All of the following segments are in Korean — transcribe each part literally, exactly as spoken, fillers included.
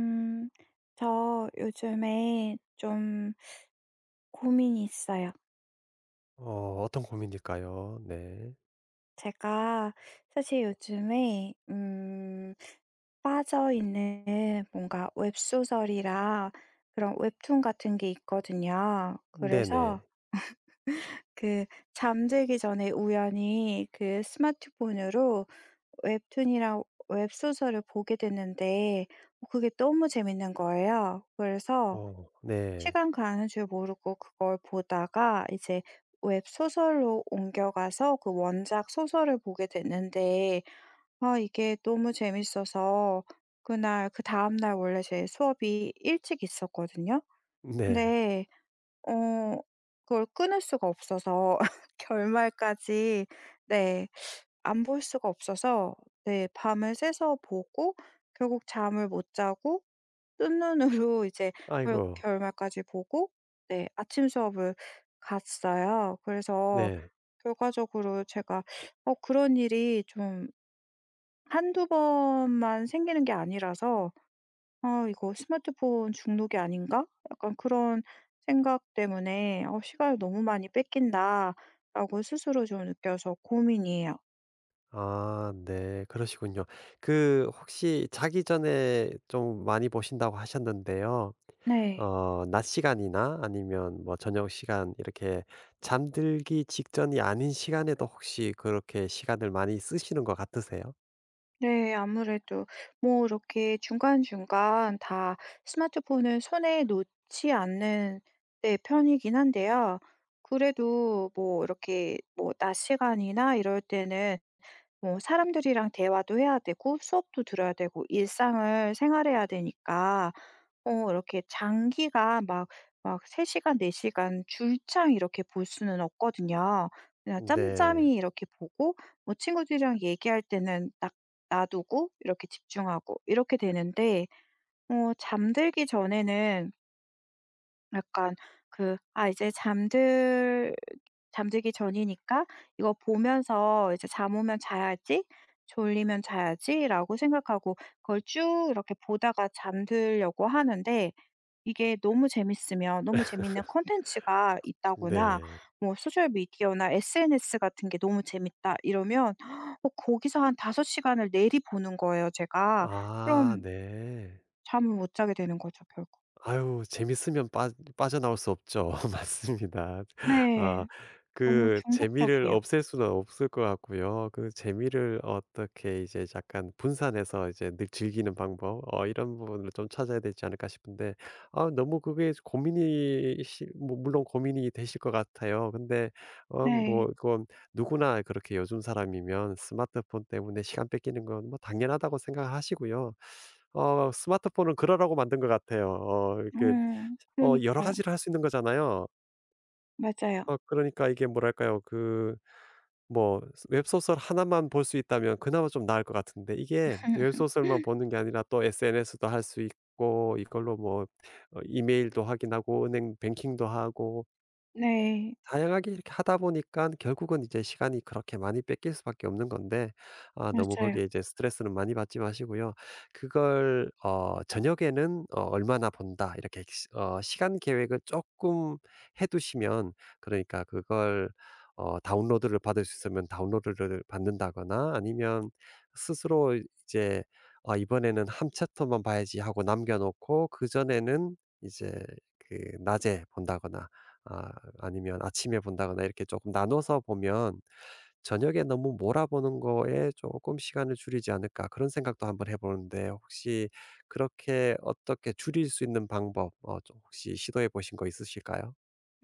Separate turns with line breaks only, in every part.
음, 저 요즘에 좀 고민이 있어요.
어 어떤 고민일까요? 네.
제가 사실 요즘에, 음, 빠져있는 뭔가 웹소설이라 그런 웹툰 같은 게 있거든요. 그래서
네네.
그 잠들기 전에 우연히 그 스마트폰으로 웹툰이랑 웹소설을 보게 됐는데 어, 그게 너무 재밌는 거예요. 그래서
어 네.
시간 가는 줄 모르고 그걸 보다가 이제 웹소설로 옮겨가서 그 원작 소설을 보게 됐는데 아 이게 너무 재밌어서 그날 그다음 날 원래 제 수업이 일찍 있었거든요.
네.
근데 어 그걸 끊을 수가 없어서 결말까지 네. 안 볼 수가 없어서 네. 밤을 새서 보고 결국 잠을 못 자고 뜬눈으로 이제 그걸
아이고.
결말까지 보고 네 아침 수업을 갔어요. 그래서
네.
결과적으로 제가 어 그런 일이 좀 한두 번만 생기는 게 아니라서 어 이거 스마트폰 중독이 아닌가? 약간 그런 생각 때문에 어 시간을 너무 많이 뺏긴다.'라고 스스로 좀 느껴서 고민이에요.
아 네, 그러시군요. 그 혹시 자기 전에 좀 많이 보신다고 하셨는데요.
네.
어 낮 시간이나 아니면 뭐 저녁 시간 이렇게 잠들기 직전이 아닌 시간에도 혹시 그렇게 시간을 많이 쓰시는 것 같으세요?
네. 아무래도 뭐 이렇게 중간중간 다 스마트폰을 손에 놓지 않는 네 편이긴 한데요. 그래도 뭐 이렇게 뭐 낮 시간이나 이럴 때는 뭐 사람들이랑 대화도 해야 되고 수업도 들어야 되고 일상을 생활해야 되니까 어 이렇게 장기가 막 막 세 시간, 네 시간 줄창 이렇게 볼 수는 없거든요. 그냥
네.
짬짬이 이렇게 보고 뭐 친구들이랑 얘기할 때는 딱 놔두고 이렇게 집중하고 이렇게 되는데 어 잠들기 전에는 약간 그 아 이제 잠들 잠들기 전이니까 이거 보면서 이제 잠 오면 자야지. 졸리면 자야지.'라고 생각하고 그걸 쭉 이렇게 보다가 잠들려고 하는데 이게 너무 재밌으면 너무 재밌는 콘텐츠가 있다거나
네.
뭐 소셜 미디어나 에스엔에스 같은 게 너무 재밌다. 이러면 어 거기서 한 다섯 시간을 내리 보는 거예요 제가.
아
그럼
네.
잠을 못 자게 되는 거죠 결국.
아유 재밌으면 빠 빠져나올 수 없죠. 맞습니다. 아,
네. 너무
그 재미를
중독적이에요.
없앨 수는 없을 것 같고요. 그 재미를 어떻게 이제 약간 분산해서 이제 늘 즐기는 방법, 어 이런 부분을 좀 찾아야 되지 않을까 싶은데, 아 너무 그게 고민이 시 뭐 물론 고민이 되실 것 같아요. 근데 어 뭐
네.
그건 누구나 그렇게 요즘 사람이면 스마트폰 때문에 시간 뺏기는 건 뭐 당연하다고 생각하시고요. 어 스마트폰은 그러라고 만든 것 같아요. 어
어
이렇게 어 여러
그러니까요.
가지를 할 수 있는 거잖아요.
맞아요.
어 그러니까 이게 뭐랄까요. 그 뭐 웹소설 하나만 볼 수 있다면 그나마 좀 나을 것 같은데, 이게 웹소설만 보는 게 아니라 또 에스엔에스도 할 수 있고 이걸로 뭐 어 이메일도 확인하고 은행 뱅킹도 하고
네.
다양하게 이렇게 하다 보니까 결국은 이제 시간이 그렇게 많이 뺏길 수밖에 없는 건데, 아 너무
맞아요.
거기에 이제 스트레스는 많이 받지 마시고요. 그걸 어 '저녁에는 어 얼마나 본다.' 이렇게 시 어 시간 계획을 조금 해 두시면, 그러니까 그걸 어 다운로드를 받을 수 있으면 다운로드를 받는다거나, 아니면 스스로 이제 '아 이번에는 한 챕터만 봐야지.' 하고 남겨 놓고 그전에는 이제 그 낮에 본다거나, 아 아니면 아침에 본다거나 이렇게 조금 나눠서 보면 '저녁에 너무 몰아보는 거에 조금 시간을 줄이지 않을까.' 그런 생각도 한번 해 보는데, 혹시 그렇게 어떻게 줄일 수 있는 방법 어 좀 혹시 시도해 보신 거 있으실까요?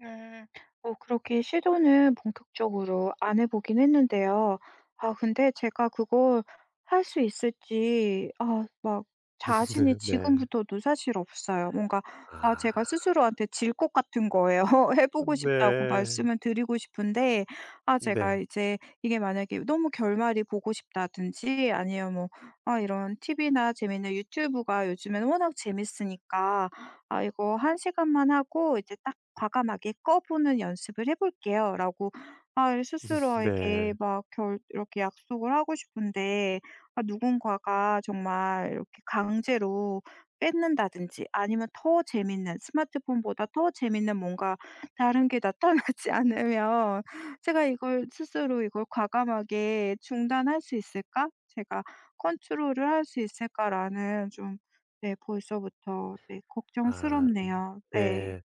음. 어 그렇게 시도는 본격적으로 안 해 보긴 했는데요. 아 근데 제가 그걸 할 수 있을지 아 막 자신이
네.
지금부터도 사실 없어요. 뭔가 아
아.
제가 스스로한테 질 것 같은 거예요. 해 보고 싶다고
네.
말씀을 드리고 싶은데 아 제가
네.
이제 이게 만약에 너무 결말이 보고 싶다든지 아니면 뭐 아 이런 티비나 재밌는 유튜브가 요즘에는 워낙 재밌으니까 아 이거 한 시간만 하고 이제 과감하게 꺼보는 연습을 해 볼게요."라고 아 스스로에게
네.
막 결 이렇게 약속을 하고 싶은데 아 누군가가 정말 이렇게 강제로 뺏는다든지 아니면 더 재밌는 스마트폰보다 더 재밌는 뭔가 다른 게 나타나지 않으면 제가 이걸 스스로 이걸 과감하게 중단할 수 있을까? 제가 컨트롤을 할 수 있을까라는 좀 네 벌써부터 네
아 음
걱정스럽네요. 네.
네.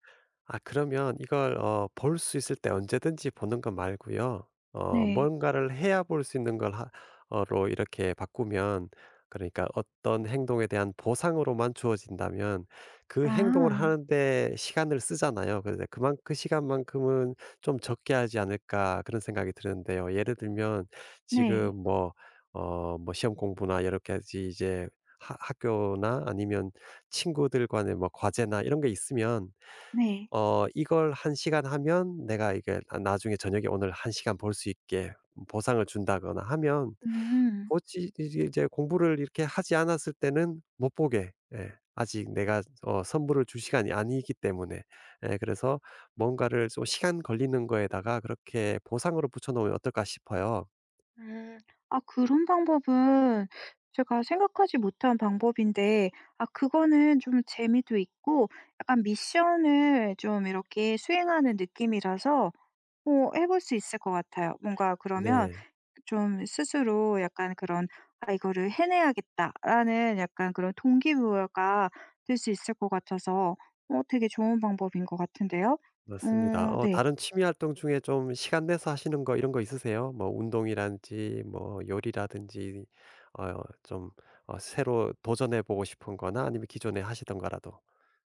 아 그러면 이걸 어 볼 수 있을 때 언제든지 보는 것 말고요, 어
네.
뭔가를 해야 볼 수 있는 걸 하 어로 이렇게 바꾸면, 그러니까 어떤 행동에 대한 보상으로만 주어진다면 그 행동을
아
하는 데 시간을 쓰잖아요. 그래서 그만 '그 시간만큼은 좀 적게 하지 않을까.' 그런 생각이 드는데요. 예를 들면
네.
지금 뭐 어 뭐 시험 공부나 여러 가지 이제 하 학교나 아니면 친구들 간의 뭐 과제나 이런 게 있으면
네.
어 이걸 한 시간 하면 내가 이게 나 나중에 저녁에 오늘 한 시간 볼 수 있게 보상을 준다거나 하면,
음.
보지 이제 이제 공부를 이렇게 하지 않았을 때는 못 보게. 예 아직 내가 어 선물을 줄 시간이 아니기 때문에. 예 그래서 뭔가를 좀 시간 걸리는 거에다가 그렇게 보상으로 붙여 놓으면 어떨까 싶어요.
음. 아 그런 방법은 제가 생각하지 못한 방법인데 아 그거는 좀 재미도 있고 약간 미션을 좀 이렇게 수행하는 느낌이라서 어 해 볼 수 있을 것 같아요. 뭔가 그러면
네.
좀 스스로 약간 그런 아 이거를 해내야겠다.'라는 약간 그런 동기부여가 될 수 있을 것 같아서 어 되게 좋은 방법인 것 같은데요.
맞습니다.
어
어
네.
다른 취미 활동 중에 좀 시간 내서 하시는 거 이런 거 있으세요? 뭐 운동이라든지 뭐 요리라든지 어 좀 어 새로 도전해 보고 싶은 거나 아니면 기존에 하시던 거라도.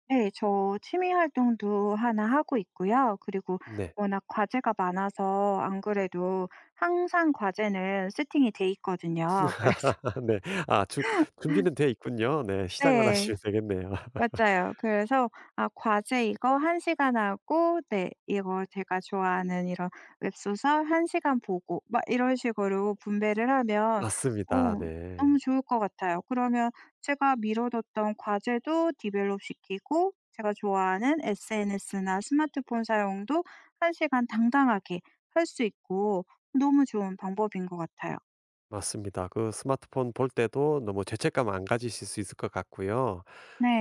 네. 저 취미 활동도 하나 하고 있고요. 그리고
네.
워낙 과제가 많아서 안 그래도 항상 과제는 세팅이 돼 있거든요. 그래서
네. 아 주 준비는 돼 있군요. 네. 시작만
네.
하시면 되겠네요.
맞아요. 그래서 아 과제 이거 한 시간 하고 네 이거 제가 좋아하는 이런 웹소설 한 시간 보고 막 이런 식으로 분배를 하면 어
맞습니다. 네.
너무 좋을 것 같아요. 그러면 제가 미뤄뒀던 과제도 디벨롭 시키고 제가 좋아하는 에스엔에스나 스마트폰 사용도 한 시간 당당하게 할 수 있고 너무 좋은 방법인 것 같아요.
맞습니다. 그 스마트폰 볼 때도 너무 죄책감 안 가지실 수 있을 것 같고요.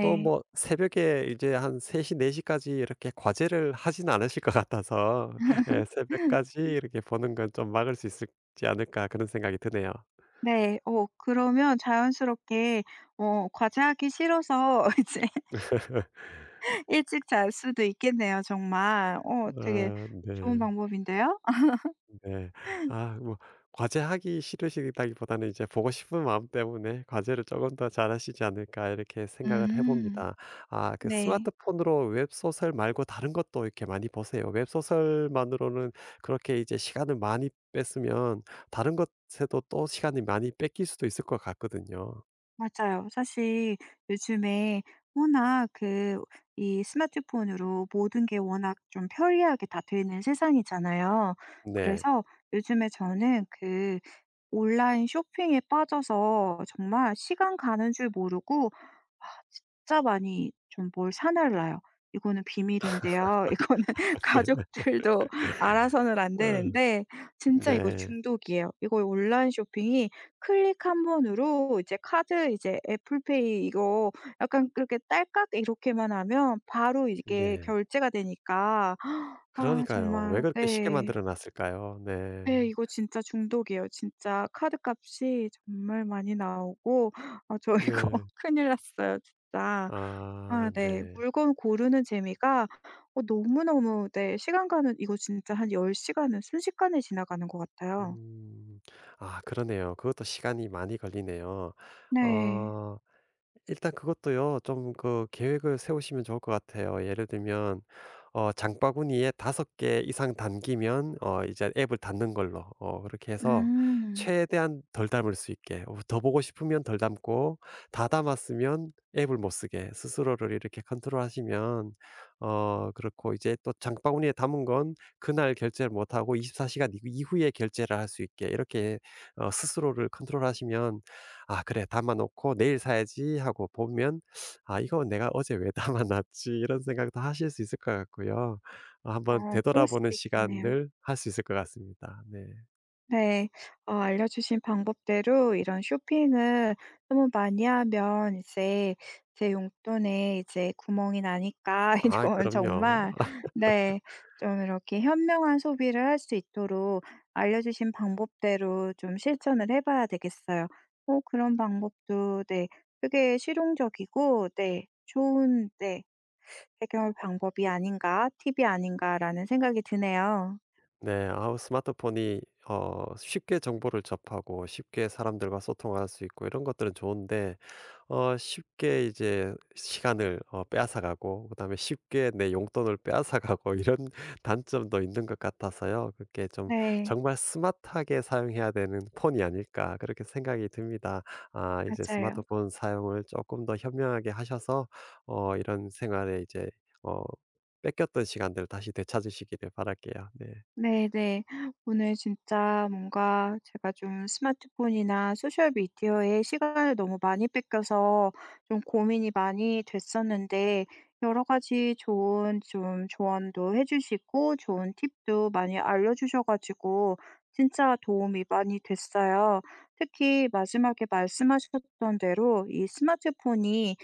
또 뭐 새벽에 이제 한세 시네4까지 이렇게 과제를 하진 않으실 것 같아서 예 '새벽까지 이렇게 보는 건 좀 막을 수 있을지 않을까.' 그런 생각이 드네요.
네. 어 그러면 자연스럽게 어 과제하기 싫어서 이제 일찍 잘 수도 있겠네요 정말. 어 되게
아
좋은
네.
방법인데요. 아
네. 아 뭐 과제하기 싫으시다기보다는 이제 보고 싶은 마음 때문에 '과제를 조금 더 잘하시지 않을까.' 이렇게 생각을 해
음.
봅니다. 아 그
네.
스마트폰으로 웹소설 말고 다른 것도 이렇게 많이 보세요? 웹소설만으로는 그렇게 이제 시간을 많이 뺐으면 다른 것에도 또 시간이 많이 뺏길 수도 있을 것 같거든요.
맞아요. 사실 요즘에 워낙 그 이 스마트폰으로 모든 게 워낙 좀 편리하게 다 되는 세상이잖아요.
네.
그래서 요즘에 저는 그 온라인 쇼핑에 빠져서 정말 시간 가는 줄 모르고 아 진짜 많이 좀 뭘 사 날라요. 이거는 비밀인데요. 이거는
네.
가족들도 알아서는 안
어
되는데 진짜 이거
네.
중독이에요. 이거 온라인 쇼핑이 클릭 한 번으로 이제 카드 이제 애플페이 이거 약간 그렇게 딸깍 이렇게만 하면 바로 이게
네.
결제가 되니까 아
그러니까요. 왜
정말
그렇게 쉽게
네.
만들어 놨을까요? 네.
네 이거 진짜 중독이에요. 진짜 카드값이 정말 많이 나오고 아 저 이거
네.
큰일 났어요 진짜. 아
아
네.
네.
물건 고르는 재미가 어 너무너무 네 시간 가는 이거 진짜 한 열 시간은 순식간에 지나가는 것 같아요.
음. 아 그러네요. 그것도 시간이 많이 걸리네요.
네.
어. 일단 그것도요, 좀 그 계획을 세우시면 좋을 것 같아요. 예를 들면 어 장바구니에 다섯 개 이상 담기면 어 이제 앱을 닫는 걸로, 어 그렇게 해서
음.
최대한 덜 담을 수 있게, 어 더 보고 싶으면 덜 담고 다 담았으면 앱을 못 쓰게 스스로를 이렇게 컨트롤하시면, 어 그렇고 이제 또 장바구니에 담은 건 그날 결제를 못 하고 이십사 시간 이후 이후에 결제를 할 수 있게 이렇게 어 스스로를 컨트롤하시면 '아 그래. 담아 놓고 내일 사야지.' 하고 보면 '아 이거 내가 어제 왜 담아 놨지?' 이런 생각도 하실 수 있을 것 같고요. 아, 한번
어 그럴
되돌아보는
수도 있겠네요.
시간을 할 수 있을 것 같습니다. 네.
네. 어 알려주신 방법대로 이런 쇼핑을 너무 많이 하면 이제 제 용돈에 이제 구멍이 나니까
아
이건
그럼요.
정말 네 좀 이렇게 현명한 소비를 할 수 있도록 알려주신 방법대로 좀 실천을 해 봐야 되겠어요. 어 그런 방법도 네 되게 실용적이고 네 좋은 네 해결 방법이 아닌가 팁이 아닌가라는 생각이 드네요.
네. 아우 스마트폰이 어 쉽게 정보를 접하고 쉽게 사람들과 소통할 수 있고 이런 것들은 좋은데, 어 쉽게 이제 시간을 어 빼앗아 가고 그다음에 쉽게 내 용돈을 빼앗아 가고 이런 단점도 있는 것 같아서요. 그게 좀
네.
'정말 스마트하게 사용해야 되는 폰이 아닐까.' 그렇게 생각이 듭니다. 아 이제
맞아요.
스마트폰 사용을 조금 더 현명하게 하셔서 어 이런 생활에 이제 어 뺏겼던 시간들을 다시 되찾으시기를 바랄게요. 네.
네네. 오늘 진짜 뭔가 제가 좀 스마트폰이나 소셜미디어에 시간을 너무 많이 뺏겨서 좀 고민이 많이 됐었는데 여러 가지 좋은 좀 조언도 해 주시고 좋은 팁도 많이 알려주셔 가지고 진짜 도움이 많이 됐어요. 특히 마지막에 말씀하셨던 대로 이 스마트폰이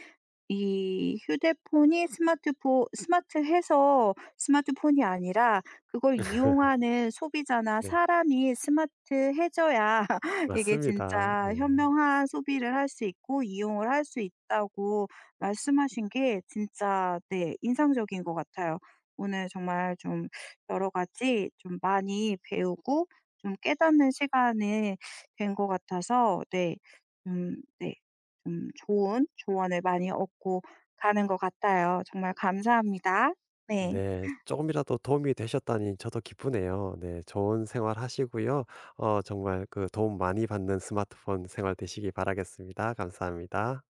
이 휴대폰이 스마트폰 스마트해서 스마트폰이 아니라 그걸 이용하는 소비자나
네.
사람이 스마트해져야 이게
맞습니다.
진짜
네.
현명한 소비를 할 수 있고 이용을 할 수 있다고 말씀하신 게 진짜 네 인상적인 것 같아요. 오늘 정말 좀 여러 가지 좀 많이 배우고 좀 깨닫는 시간이 된 것 같아서 네. 음 네. 좀 좋은 조언을 많이 얻고 가는 것 같아요. 정말 감사합니다. 네.
네. 금이라도 도움이 되셨다니 저도 기쁘네요. 네. 좋은 생활 하시고요. 어 정말 그 도움 많이 받는 스마트폰 생활 되시기 바라겠습니다. 감사합니다.